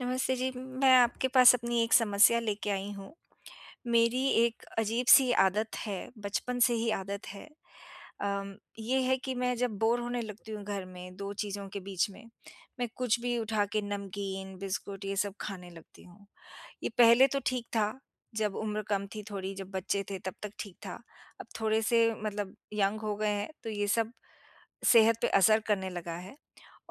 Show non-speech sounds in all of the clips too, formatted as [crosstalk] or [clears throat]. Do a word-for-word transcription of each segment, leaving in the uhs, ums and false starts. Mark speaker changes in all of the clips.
Speaker 1: नमस्ते जी, मैं आपके पास अपनी एक समस्या लेके आई हूँ। मेरी एक अजीब-सी आदत है, बचपन से ही आदत है। अम, ये है कि मैं जब बोर होने लगती हूँ घर में दो चीज़ों के बीच में, मैं कुछ भी उठा के नमकीन, बिस्कुट ये सब खाने लगती हूँ। ये पहले तो ठीक था, जब उम्र कम थी थोड़ी, जब बच्चे थे तब तक ठीक था। अब थोड़े से मतलब यंग हो गए हैं, तो ये सब सेहत पे असर करने लगा है।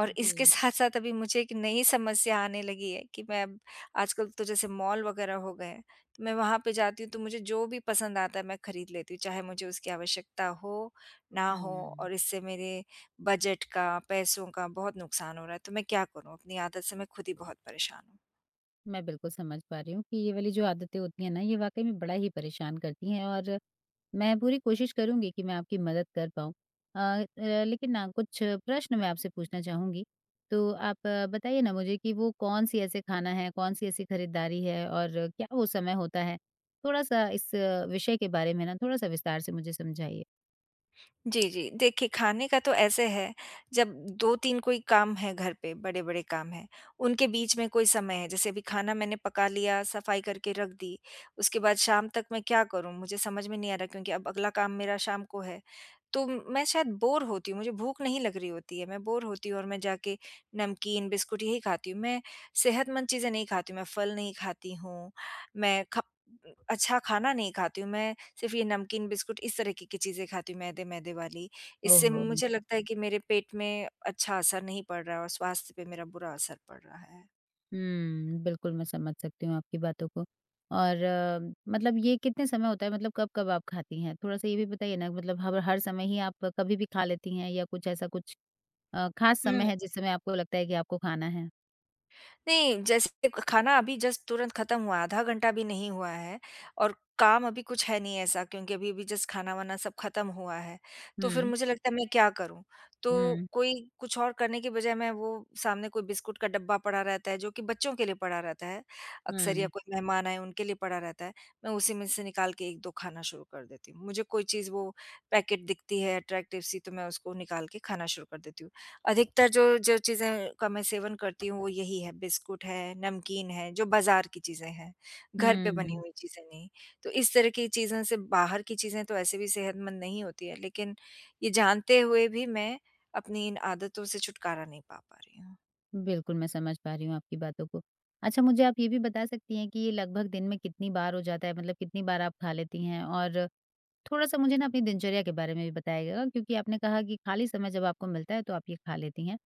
Speaker 1: और इसके
Speaker 2: जी,
Speaker 1: साथ-साथ अभी मुझे एक नई समस्या आने लगी है कि मैं अब आजकल तो जैसे मॉल वगैरह हो गए हैं, तो मैं वहाँ पे जाती हूँ तो मुझे जो भी पसंद आता है मैं खरीद लेती हूँ, चाहे मुझे उसकी आवश्यकता हो, ना हो
Speaker 2: हुँ।
Speaker 1: और इससे मेरे बजट का, पैसों का बहुत नुकसान हो रहा है, तो मैं क्या करूँ? अपनी आदत से मैं खुद ही बहुत परेशान हूँ।
Speaker 2: मैं बिल्कुल समझ पा रही हूँ कि ये वाली जो आदतें होती हैं ना, ये वाक़ई में बड़ा ही परेशान करती हैं और मैं पूरी कोशिश करूँगी कि मैं आपकी मदद कर पाऊँ। अ अ, लेकिन ना कुछ प्रश्न मैं आपसे पूछना चाहूँगी, तो आप अ, बताइए ना मुझे कि वो कौन-सी ऐसे खाना है, कौन-सी ऐसी खरीदारी है और क्या वो समय होता है? थोड़ा-सा इस अ, विषय के बारे में ना थोड़ा-सा विस्तार से मुझे समझाइए।
Speaker 1: जी, जी। देखिए, खाने का तो ऐसे है, जब दो तीन कोई काम है घर पे, बड़े-बड़े काम हैं, उनके बीच में कोई समय है, जैसे अभी खाना मैंने पका लिया, सफाई करके रख दी, उसके बाद शाम तक मैं क्या करूँ? मुझे समझ में नहीं आ रहा क्योंकि अब अगला काम मेरा शाम को है। तो म- मैं शायद बोर होती हूँ, मुझे भूख नहीं लग रही होती है, मैं बोर होती हूँ और मैं जाके नमकीन, बिस्कुट यही खाती हूँ। मैं सेहतमंद चीज़ें नहीं खाती हूँ, मैं फल नहीं खाती हूँ, मैं ख अच्छा खाना नहीं खाती हूँ, मैं सिर्फ़ ये नमकीन, बिस्कुट इस तरीके की की चीज़ें खाती हूँ, मैदे-मैदे वाली। इससे
Speaker 2: ओहो!
Speaker 1: मुझे लगता है कि मेरे पेट में अच्छा असर नहीं पड़ रहा है और स्वास्थ्य पे मेरा बुरा असर पड़ रहा है।
Speaker 2: हुँ, बिल्कुल मैं समझ सकती हूँ आपकी बातों को और अ, मतलब ये कितने समय होता है मतलब कब-कब आप खाती हैं? थोड़ा-सा ये भी बताइए ना मतलब हर हर समय ही आप कभी भी खा लेती हैं या कुछ ऐसा कुछ अ, ख़ास समय है जिस समय आपको लगता है कि आपको खाना है?
Speaker 1: नहीं, जैसे क खाना अभी जस्ट तुरंत खत्म हुआ है, आधा घंटा भी नहीं हुआ है और काम अभी कुछ है नहीं ऐसा क्योंकि अभी-अभी जस्ट खाना-वाना सब खत्म हुआ है। तो फिर
Speaker 2: हुँ,
Speaker 1: मुझे लगता है मैं क्या करूँ? तो
Speaker 2: हुँ,
Speaker 1: कोई कुछ और करने की बजाय मैं वो सामने कोई बिस्कुट का डब्बा पड़ा रहता है जो कि बच्चों के लिए पड़ा रहता है अक्सर या
Speaker 2: हुँ,
Speaker 1: कोई मेहमान आए उनके लिए पड़ा रहता है। मैं उसी में से निकाल के एक दो खाना शुरू कर देती हूँ। मुझे कोई चीज़ वो पैकेट दिखती है अट्रैक्टिव सी तो मैं उसको निकाल के खाना शुरू कर देती हूँ। अधिकतर जो जो चीज़ें का मैं सेवन करती हूँ वो यही है, बिस्कुट है, नमकीन है, जो बाज़ार की चीज़ें हैं, घर पे बनी
Speaker 2: हुँ,
Speaker 1: हुई चीज़ें नहीं। तो इस तरह की चीज़ों से बाहर की चीज़ें तो ऐसे भी सेहतमंद नहीं होती है, लेकिन ये जानते हुए भी मैं अपनी इन आदतों से छुटकारा नहीं पा पा रही हूँ।
Speaker 2: बिल्कुल मैं समझ पा रही हूँ आपकी बातों को। अच्छा मुझे आप ये भी बता सकती हैं कि ये लगभग दिन में कितनी बार हो जाता है? मतलब कितनी बार आप खा लेती हैं? और थोड़ा-सा मुझे ना अपनी दिनचर्या के बारे में भी बताइएगा क्योंकि आपने कहा कि खाली समय जब आपको मिलता है तो आप ये खा लेती हैं।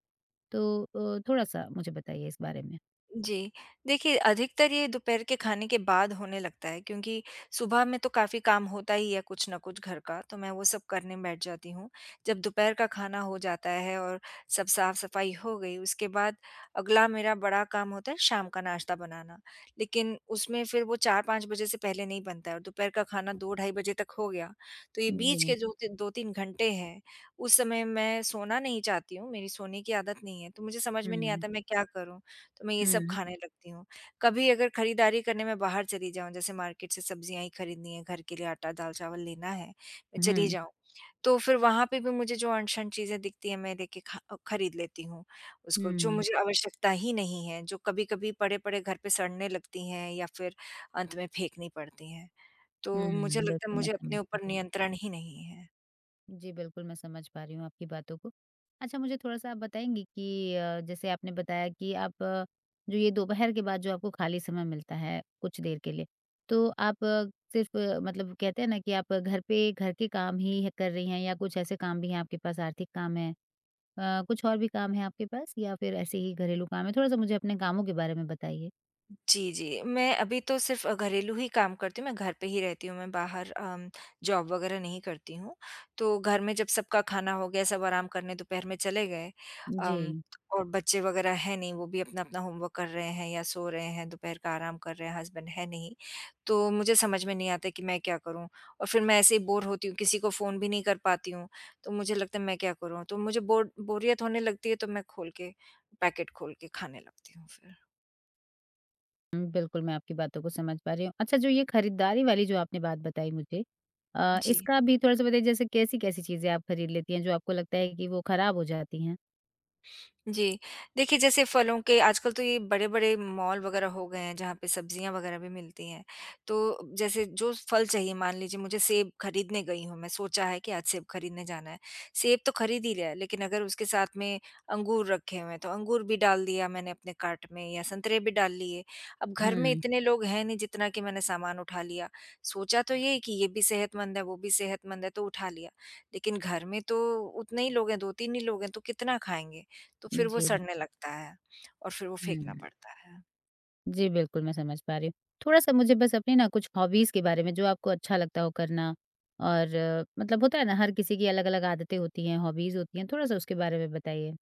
Speaker 2: तो अ, थोड़ा-सा मुझे बताइए इस बारे में?
Speaker 1: जी। देखिए, अधिकतर ये दोपहर के खाने के बाद होने लगता है क्योंकि सुबह में तो काफ़ी काम होता ही है कुछ न कुछ घर का, तो मैं वो सब करने बैठ जाती हूँ। जब दोपहर का खाना हो जाता है और सब साफ-सफाई हो गई, उसके बाद अगला मेरा बड़ा काम होता है शाम का नाश्ता बनाना। लेकिन उसमें फिर वो चार पाँच बजे से पहले नहीं बनता है और दोपहर का खाना दो ढाई बजे तक हो गया, तो ये बीच के
Speaker 2: जी।
Speaker 1: जो ति दो तीन घंटे हैं, उस समय मैं सोना नहीं चाहती हूँ, मेरी सोने की आदत नहीं है, तो मुझे समझ में नहीं
Speaker 2: हुँ,
Speaker 1: आता मैं क्या करूँ? तो मैं ये सब
Speaker 2: हुँ,
Speaker 1: खाने लगती हूँ। कभी अगर खरीदारी करने मैं बाहर चली जाऊँ, जैसे मार्केट से सब्जियाँ ही खरीदनी है, घर के लिए आटा, दाल-चावल लेना है, मैं चली
Speaker 2: हुँ,
Speaker 1: जाऊँ, तो फिर वहाँ पे भी मुझे जो अनछन चीज़ें दिखती हैं, मैं लेके खा अ, खरीद लेती हूँ उसको, जो
Speaker 2: हुँ,
Speaker 1: मुझे आवश्यकता ही नहीं है, जो कभी-कभी पड़े-पड़े घर पे सड़ने लगती हैं या फिर अंत में फेंकनी पड़ती हैं। तो मुझे
Speaker 2: हुँ,
Speaker 1: लगता है
Speaker 2: बिल्कुल मैं
Speaker 1: मुझे अपने
Speaker 2: समझ पा
Speaker 1: ऊपर
Speaker 2: रही हूँ।
Speaker 1: नियंत्रण ही नहीं है।
Speaker 2: जी, बिल्कुल मैं समझ पा रही हूँ आपकी बातों को। अच्छा मुझे थोड़ा-सा आप बताएँगी कि अ, जैसे आपने बताया कि आप अ, जो ये दोपहर के बाद जो आपको खाली समय मिलता है कुछ देर के लिए, तो आप सिर्फ़ मतलब कहते हैं ना कि आप घर पे घर के काम ही है- कर रही हैं या कुछ ऐसे काम भी हैं आपके पास आर्थिक काम हैं? अ, कुछ और भी काम है आपके पास या फिर ऐसे ही घरेलू काम है? थोड़ा-सा मुझे अपने कामों के बारे में बताइए।
Speaker 1: जी, जी। मैं अभी तो सिर्फ़ घरेलू ही काम करती हूँ, मैं घर पे ही रहती हूँ, मैं बाहर अम, जॉब वग़ैरह नहीं करती हूँ। तो घर में जब सबका खाना हो गया, सब आराम करने दोपहर में चले गए
Speaker 2: जी।
Speaker 1: अम, और बच्चे वग़ैरह हैं नहीं, वो भी अपना-अपना होमवर्क कर रहे हैं या सो रहे हैं, दोपहर का आराम कर रहे हैं, हस्बैंड है नहीं। तो मुझे समझ में नहीं आता कि मैं क्या करूँ? और फिर मैं ऐसे ही बोर होती हूँ, किसी को फ़ोन भी नहीं कर पाती हूँ, तो मुझे लगता है मैं क्या करूँ? तो मुझे बोर बोरियत होने लगती है, तो मैं खोल के पैकेट खोल के खाने लगती हूँ फिर।
Speaker 2: हुँ, बिल्कुल मैं आपकी बातों को समझ पा रही हूँ। अच्छा जो ये खरीदारी वाली जो आपने बात बताई मुझे अ,
Speaker 1: जी।
Speaker 2: इसका भी थोड़ा-सा बताइए जैसे कैसी-कैसी चीज़ें आप खरीद लेती हैं जो आपको लगता है कि वो खराब हो जाती हैं?
Speaker 1: जी। देखिए, जैसे फलों के आजकल तो ये बड़े-बड़े मॉल वगैरह हो गए हैं, जहाँ पे सब्जियाँ वगैरह भी मिलती हैं। तो जैसे जो फल चाहिए, मान लीजिए मुझे सेब खरीदने गई हूँ मैं, सोचा है कि आज सेब खरीदने जाना है। सेब तो खरीद ही लिया है, लेकिन अगर उसके साथ में अंगूर रखे हुए हैं, तो अंगूर भी डाल दिया मैंने अपने कार्ट में या संतरे भी डाल लिए। अब घर में
Speaker 2: हुँ,
Speaker 1: इतने लोग हैं नहीं जितना कि मैंने सामान उठा लिया। सोचा तो ये कि ये भी सेहतमंद है, वो भी सेहतमंद है, तो उठा लिया। लेकिन घर में तो उतने ही लोग हैं, दो तीन ही लोग हैं, तो कितना खाएँगे? तो फिर वो
Speaker 2: जी, बिल
Speaker 1: सड़ने लगता है और फिर वो फेंकना
Speaker 2: हुँ।
Speaker 1: पड़ता है।
Speaker 2: जी, बिल्कुल मैं समझ पा रही हूँ। थोड़ा-सा मुझे बस अपनी ना कुछ हॉबीज़ के बारे में जो आपको अच्छा लगता हो करना और अ, मतलब होता है ना हर किसी की अलग-अलग आदतें होती हैं, हॉबीज़ होती हैं, थोड़ा-सा उसके बारे में बताइए?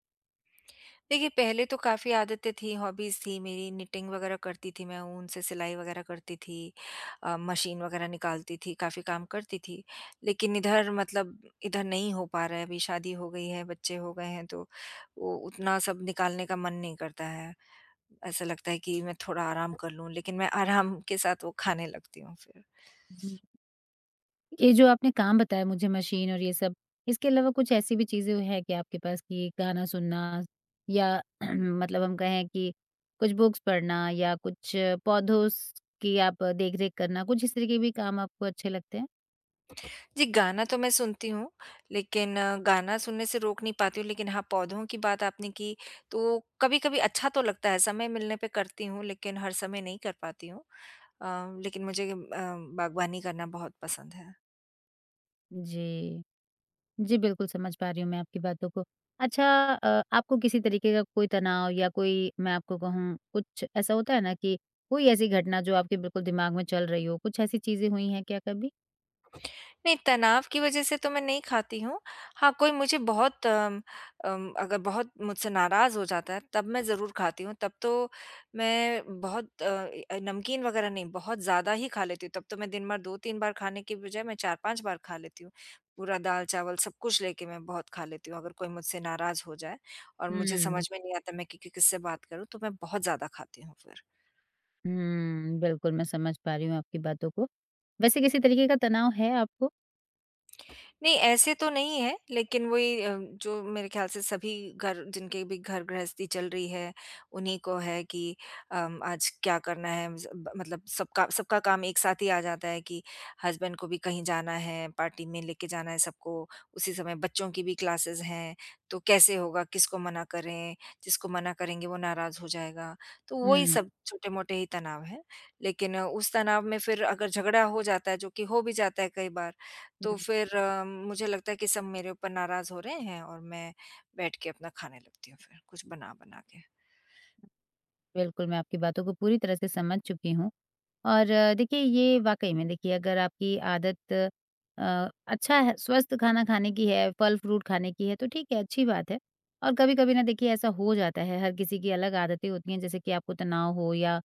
Speaker 1: देखिए, पहले तो काफ़ी आदतें थी, हॉबीज़ थी मेरी निटिंग वगैरह करती थी मैं, ऊन से सिलाई वगैरह करती थी अ, मशीन वगैरह निकालती थी, काफ़ी काम करती थी। लेकिन इधर मतलब इधर नहीं हो पा रहा है, अभी शादी हो गई है, बच्चे हो गए हैं तो वो उतना सब निकालने का मन नहीं करता है। ऐसा लगता है कि मैं थोड़ा आराम कर लूँ, लेकिन मैं आराम के साथ वो खाने लगती हूँ फिर।
Speaker 2: ये जो आपने काम बताया मुझे मशीन और ये सब, इसके अलावा कुछ ऐसी भी चीज़ें हैं क्या आपके पास कि गाना सुनना या [clears throat] मतलब हम कहें कि कुछ बुक्स पढ़ना या कुछ पौधों स की आप देख-रेख करना, कुछ इस तरह के भी काम आपको अच्छे लगते हैं?
Speaker 1: जी, गाना तो मैं सुनती हूँ, लेकिन अ, गाना सुनने से रोक नहीं पाती हूँ, लेकिन हाँ, पौधों की बात आपने की, तो कभी-कभी अच्छा तो लगता है, समय मिलने पे करती हूँ, लेकिन हर समय नहीं कर पाती हूँ। अ, लेकिन मुझे अ, बागवानी करना बहुत पसंद है।
Speaker 2: जी। जी, बिल्कुल समझ पा रही हूँ मैं आपकी बातों को। अच्छा अ, आपको किसी तरीके का कोई तनाव या कोई मैं आपको कहूँ कुछ ऐसा होता है ना कि कोई ऐसी घटना जो आपके बिल्कुल दिमाग में चल रही हो, कुछ ऐसी चीज़ें हुई हैं क्या कभी?
Speaker 1: नहीं, तनाव की वज़ह से तो मैं नहीं खाती हूँ। हाँ, कोई मुझे बहुत अम अम, अगर बहुत मुझसे नाराज़ हो जाता है, तब मैं ज़रूर खाती हूँ। तब तो मैं बहुत अ, अ, नमकीन वग़ैरह नहीं, बहुत ज़्यादा ही खा लेती हूँ। तब तो मैं दिन भर दो तीन बार खाने की बजाय मैं चार पाँच बार खा लेती हूँ। पूरा दाल-चावल सब कुछ लेके मैं बहुत खा लेती हूँ। अगर कोई मुझसे नाराज़ हो जाए और मुझे
Speaker 2: हुँ।
Speaker 1: समझ में नहीं आता मैं कि कि किससे बात करूँ, तो मैं बहुत ज़्यादा खाती हूँ फिर।
Speaker 2: हुँ, बिल्कुल मैं समझ पा रही हूँ आपकी बातों को। वैसे किसी तरीके का तनाव है आपको?
Speaker 1: नहीं, ऐसे तो नहीं है, लेकिन वही अ, जो मेरे ख़्याल से सभी घर जिनके भी घर गृहस्थी चल रही है, उन्हीं को है कि अम, आज क्या करना है ज़ ब मतलब सबका सबका काम एक साथ ही आ जाता है कि हस्बैंड को भी कहीं जाना है, पार्टी में लेके जाना है सबको, उसी समय बच्चों की भी क्लासेस हैं, तो कैसे होगा, किसको मना करें? जिसको मना करेंगे वो नाराज़ हो जाएगा, तो वही
Speaker 2: हुँ,
Speaker 1: सब छोटे-मोटे ही तनाव हैं। लेकिन अ, उस तनाव में फिर अगर झगड़ा हो जाता है, जो कि हो भी जाता है कई बार तो
Speaker 2: हुँ,
Speaker 1: फिर अ, मुझे लगता है कि सब मेरे ऊपर नाराज़ हो रहे हैं और मैं बैठ के अपना खाने लगती हूँ फिर, कुछ बना-बना के।
Speaker 2: बिल्कुल मैं आपकी बातों को पूरी तरह से समझ चुकी हूँ। और अ, देखिए ये वाक़ई में देखिए अगर आपकी आदत अ, अच्छा है स्वस्थ खाना खाने की है, फल-फ्रूट खाने की है तो ठीक है, अच्छी बात है। और कभी-कभी ना देखिए ऐसा हो जाता है, हर किसी की अलग आदतें होती हैं जैसे कि आपको तनाव हो या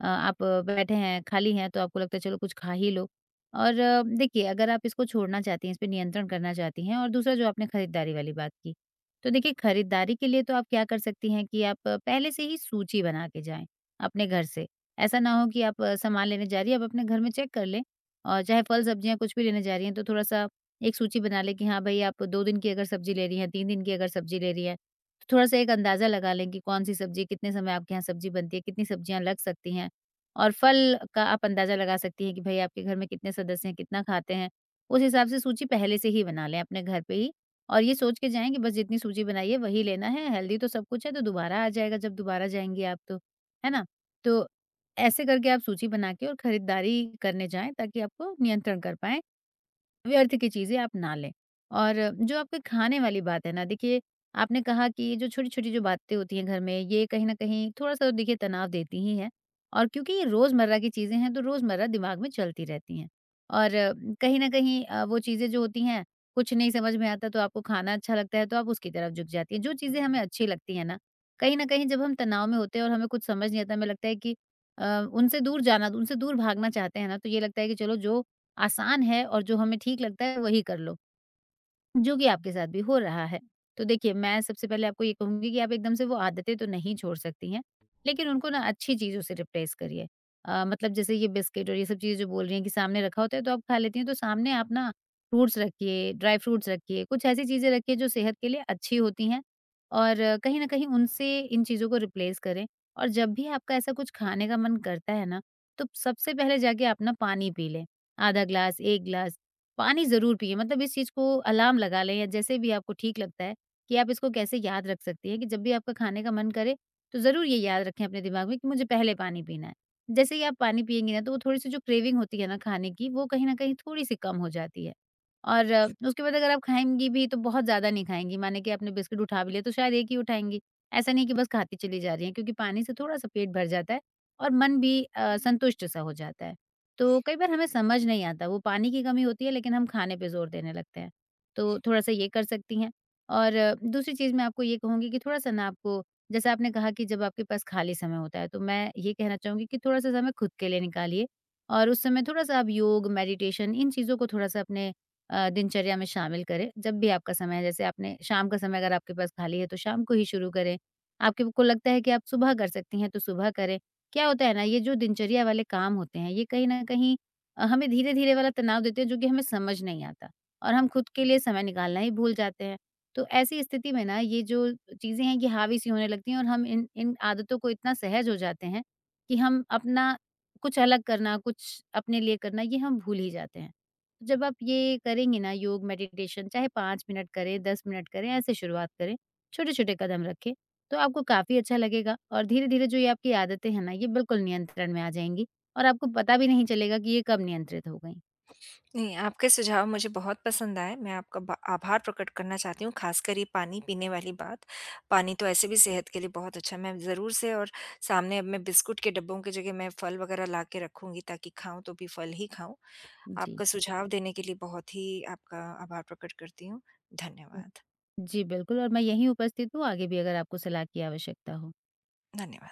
Speaker 2: अ, आप बैठे हैं, खाली हैं तो आपको लगता है चलो कुछ खा ही लो। और अ, देखिए अगर आप इसको छोड़ना चाहती हैं, इस पे नियंत्रण करना चाहती हैं और दूसरा जो आपने खरीदारी वाली बात की, तो देखिए खरीदारी के लिए तो आप क्या कर सकती हैं कि आप पहले से ही सूची बना के जाएँ अपने घर से। ऐसा ना हो कि आप अ, सामान लेने जा रही हैं, आप अपने घर में चेक कर लें और चाहे फल-सब्जियाँ कुछ भी लेने जा रही हैं, तो थोड़ा-सा एक सूची बना लें कि हाँ भई, आप दो दिन की अगर सब्ज़ी ले रही हैं, तीन दिन की अगर सब्ज़ी ले रही हैं, तो थोड़ा-सा एक अंदाज़ा लगा लें कि कौन-सी सब्ज़ी कितने समय आपके यहाँ सब्ज़ी बनती है, कितनी सब्ज़ियाँ लग सकती हैं। और फल का आप अंदाज़ा लगा सकती हैं कि भई, आपके घर में कितने सदस्य हैं, कितना खाते हैं, उस हिसाब से सूची पहले से ही बना लें अपने घर पे ही। और ये सोच के जाएँ कि बस जितनी सूची बनाई है, वही लेना है, हेल्दी तो सब कुछ है, तो दोबारा आ जाएगा जब दोबारा जाएँगी आप तो, है ना? तो ऐसे करके आप सूची बना के और खरीदारी करने जाएँ ताकि आपको नियंत्रण कर पाएँ व्यर्थ की चीज़ें आप ना लें। और जो आपके खाने वाली बात है ना, देखिए आपने कहा कि ये जो छोटी-छोटी जो बातें होती हैं घर में, ये कहीं न कहीं थोड़ा-सा तो देखिए तनाव देती ही हैं और क्योंकि ये रोज़मर्रा की चीज़ें हैं, तो रोज़मर्रा दिमाग में चलती रहती हैं। और अ, कहीं न कहीं अ, वो चीज़ें जो होती हैं, कुछ नहीं समझ में आता तो आपको खाना अच्छा लगता है, तो आप उसकी तरफ झुक जाती हैं। जो चीज़ें हमें अच्छी लगती हैं ना, कहीं न कहीं जब हम तनाव में होते हैं और हमें कुछ समझ नहीं आता, हमें लगता है कि अ, उनसे दूर जाना, उनसे दूर भागना चाहते हैं ना, तो ये लगता है कि चलो जो आसान है और जो हमें ठीक लगता है वही कर लो। जो कि आपके साथ भी हो रहा है। तो देखिए, मैं सबसे पहले आपको ये कहूँगी कि आप एकदम से वो आदतें तो नहीं छोड़ सकती हैं, लेकिन उनको ना अच्छी चीज़ों से रिप्लेस करिए। अ, मतलब जैसे ये बिस्किट और ये सब चीज़ें जो बोल रही हैं कि सामने रखा होता है तो आप खा लेती हैं, तो सामने आप ना फ्रूट्स रखिए, ड्राई फ्रूट्स रखिए, कुछ ऐसी चीज़ें रखिए जो सेहत के लिए अच्छी होती हैं और अ, कहीं न कहीं उनसे इन चीज़ों को रिप्लेस करें। और जब भी आपका ऐसा कुछ खाने का मन करता है ना, तो सबसे पहले जाके आप ना पानी पी लें, आधा ग्लास, एक ग्लास पानी ज़रूर पिएँ, मतलब इस चीज़ को अलार्म लगा लें या जैसे भी आपको ठीक लगता है कि आप इसको कैसे याद रख सकती हैं कि जब भी आपका खाने का मन करे, तो ज़रूर ये याद रखें अपने दिमाग में कि मुझे पहले पानी पीना है। जैसे ही आप पानी पिएँगी ना, तो वो थोड़ी-सी जो क्रेविंग होती है ना खाने की, वो कहीं न कहीं थोड़ी-सी कम हो जाती है। और अ, उसके बाद अगर आप खाएँगी भी, तो बहुत ज़्यादा नहीं खाएँगी, माने कि आपने बिस्किट उठा भी लिया, तो शायद एक ही उठाएँगी। ऐसा नहीं कि बस खाती चली जा रही हैं क्योंकि पानी से थोड़ा-सा पेट भर जाता है और मन भी अ, संतुष्ट-सा हो जाता है। तो कई बार हमें समझ नहीं आता वो पानी की कमी होती है लेकिन हम खाने पे ज़ोर देने लगते हैं। तो थोड़ा-सा ये कर सकती हैं और अ, दूसरी चीज़ मैं आपको ये कहूँगी कि थोड़ा-सा ना आपको जैसे आपने कहा कि जब आपके पास खाली समय होता है, तो मैं ये कहना चाहूँगी कि थोड़ा-सा समय खुद के लिए निकालिए और उस समय थोड़ा-सा आप योग, मेडिटेशन इन चीज़ों को थोड़ा-सा अपने अ, दिनचर्या में शामिल करें, जब भी आपका समय है। जैसे आपने शाम का समय अगर आपके पास खाली है, तो शाम को ही शुरू करें। आपके को लगता है कि आप सुबह कर सकती हैं, तो सुबह करें। क्या होता है ना, ये जो दिनचर्या वाले काम होते हैं, ये कहीं न कहीं अ, हमें धीरे-धीरे वाला तनाव देते हैं, जो कि हमें समझ नहीं आता और हम खुद के लिए समय निकालना ही भूल जाते हैं। तो ऐसी स्थिति में ना, ये जो चीज़ें हैं, ये हावी-सी होने लगती हैं और हम इन इन आदतों को इतना सहज हो जाते हैं कि हम अपना कुछ अलग करना, कुछ अपने लिए करना, ये हम भूल ही जाते हैं। तो जब आप ये करेंगे ना योग, मेडिटेशन, चाहे पाँच मिनट करें, दस मिनट करें, ऐसे शुरुआत करें, छोटे-छोटे कदम रखें तो आपको काफ़ी अच्छा लगेगा और धीरे-धीरे जो ये आपकी आदतें हैं ना, ये बिल्कुल नियंत्रण में आ जाएँगी और आपको पता भी नहीं चलेगा कि ये कब नियंत्रित हो गईं।
Speaker 1: नहीं, आपके सुझाव मुझे बहुत पसंद आए, मैं आपका बा आभार प्रकट करना चाहती हूँ, ख़ासकर ये पानी पीने वाली बात। पानी तो ऐसे भी सेहत के लिए बहुत अच्छा है, मैं ज़रूर से और सामने अब मैं बिस्कुट के डब्बों की जगह मैं फल वग़ैरह ला के रखूँगी ताकि खाऊँ तो भी फल ही खाऊँ।
Speaker 2: जी।
Speaker 1: आपका सुझाव देने के लिए बहुत ही आपका आभार प्रकट करती हूँ। धन्यवाद।
Speaker 2: जी, बिल्कुल और मैं यहीं उपस्थित हूँ, आगे भी अगर आपको सलाह की आवश्यकता हो।
Speaker 1: धन्यवाद।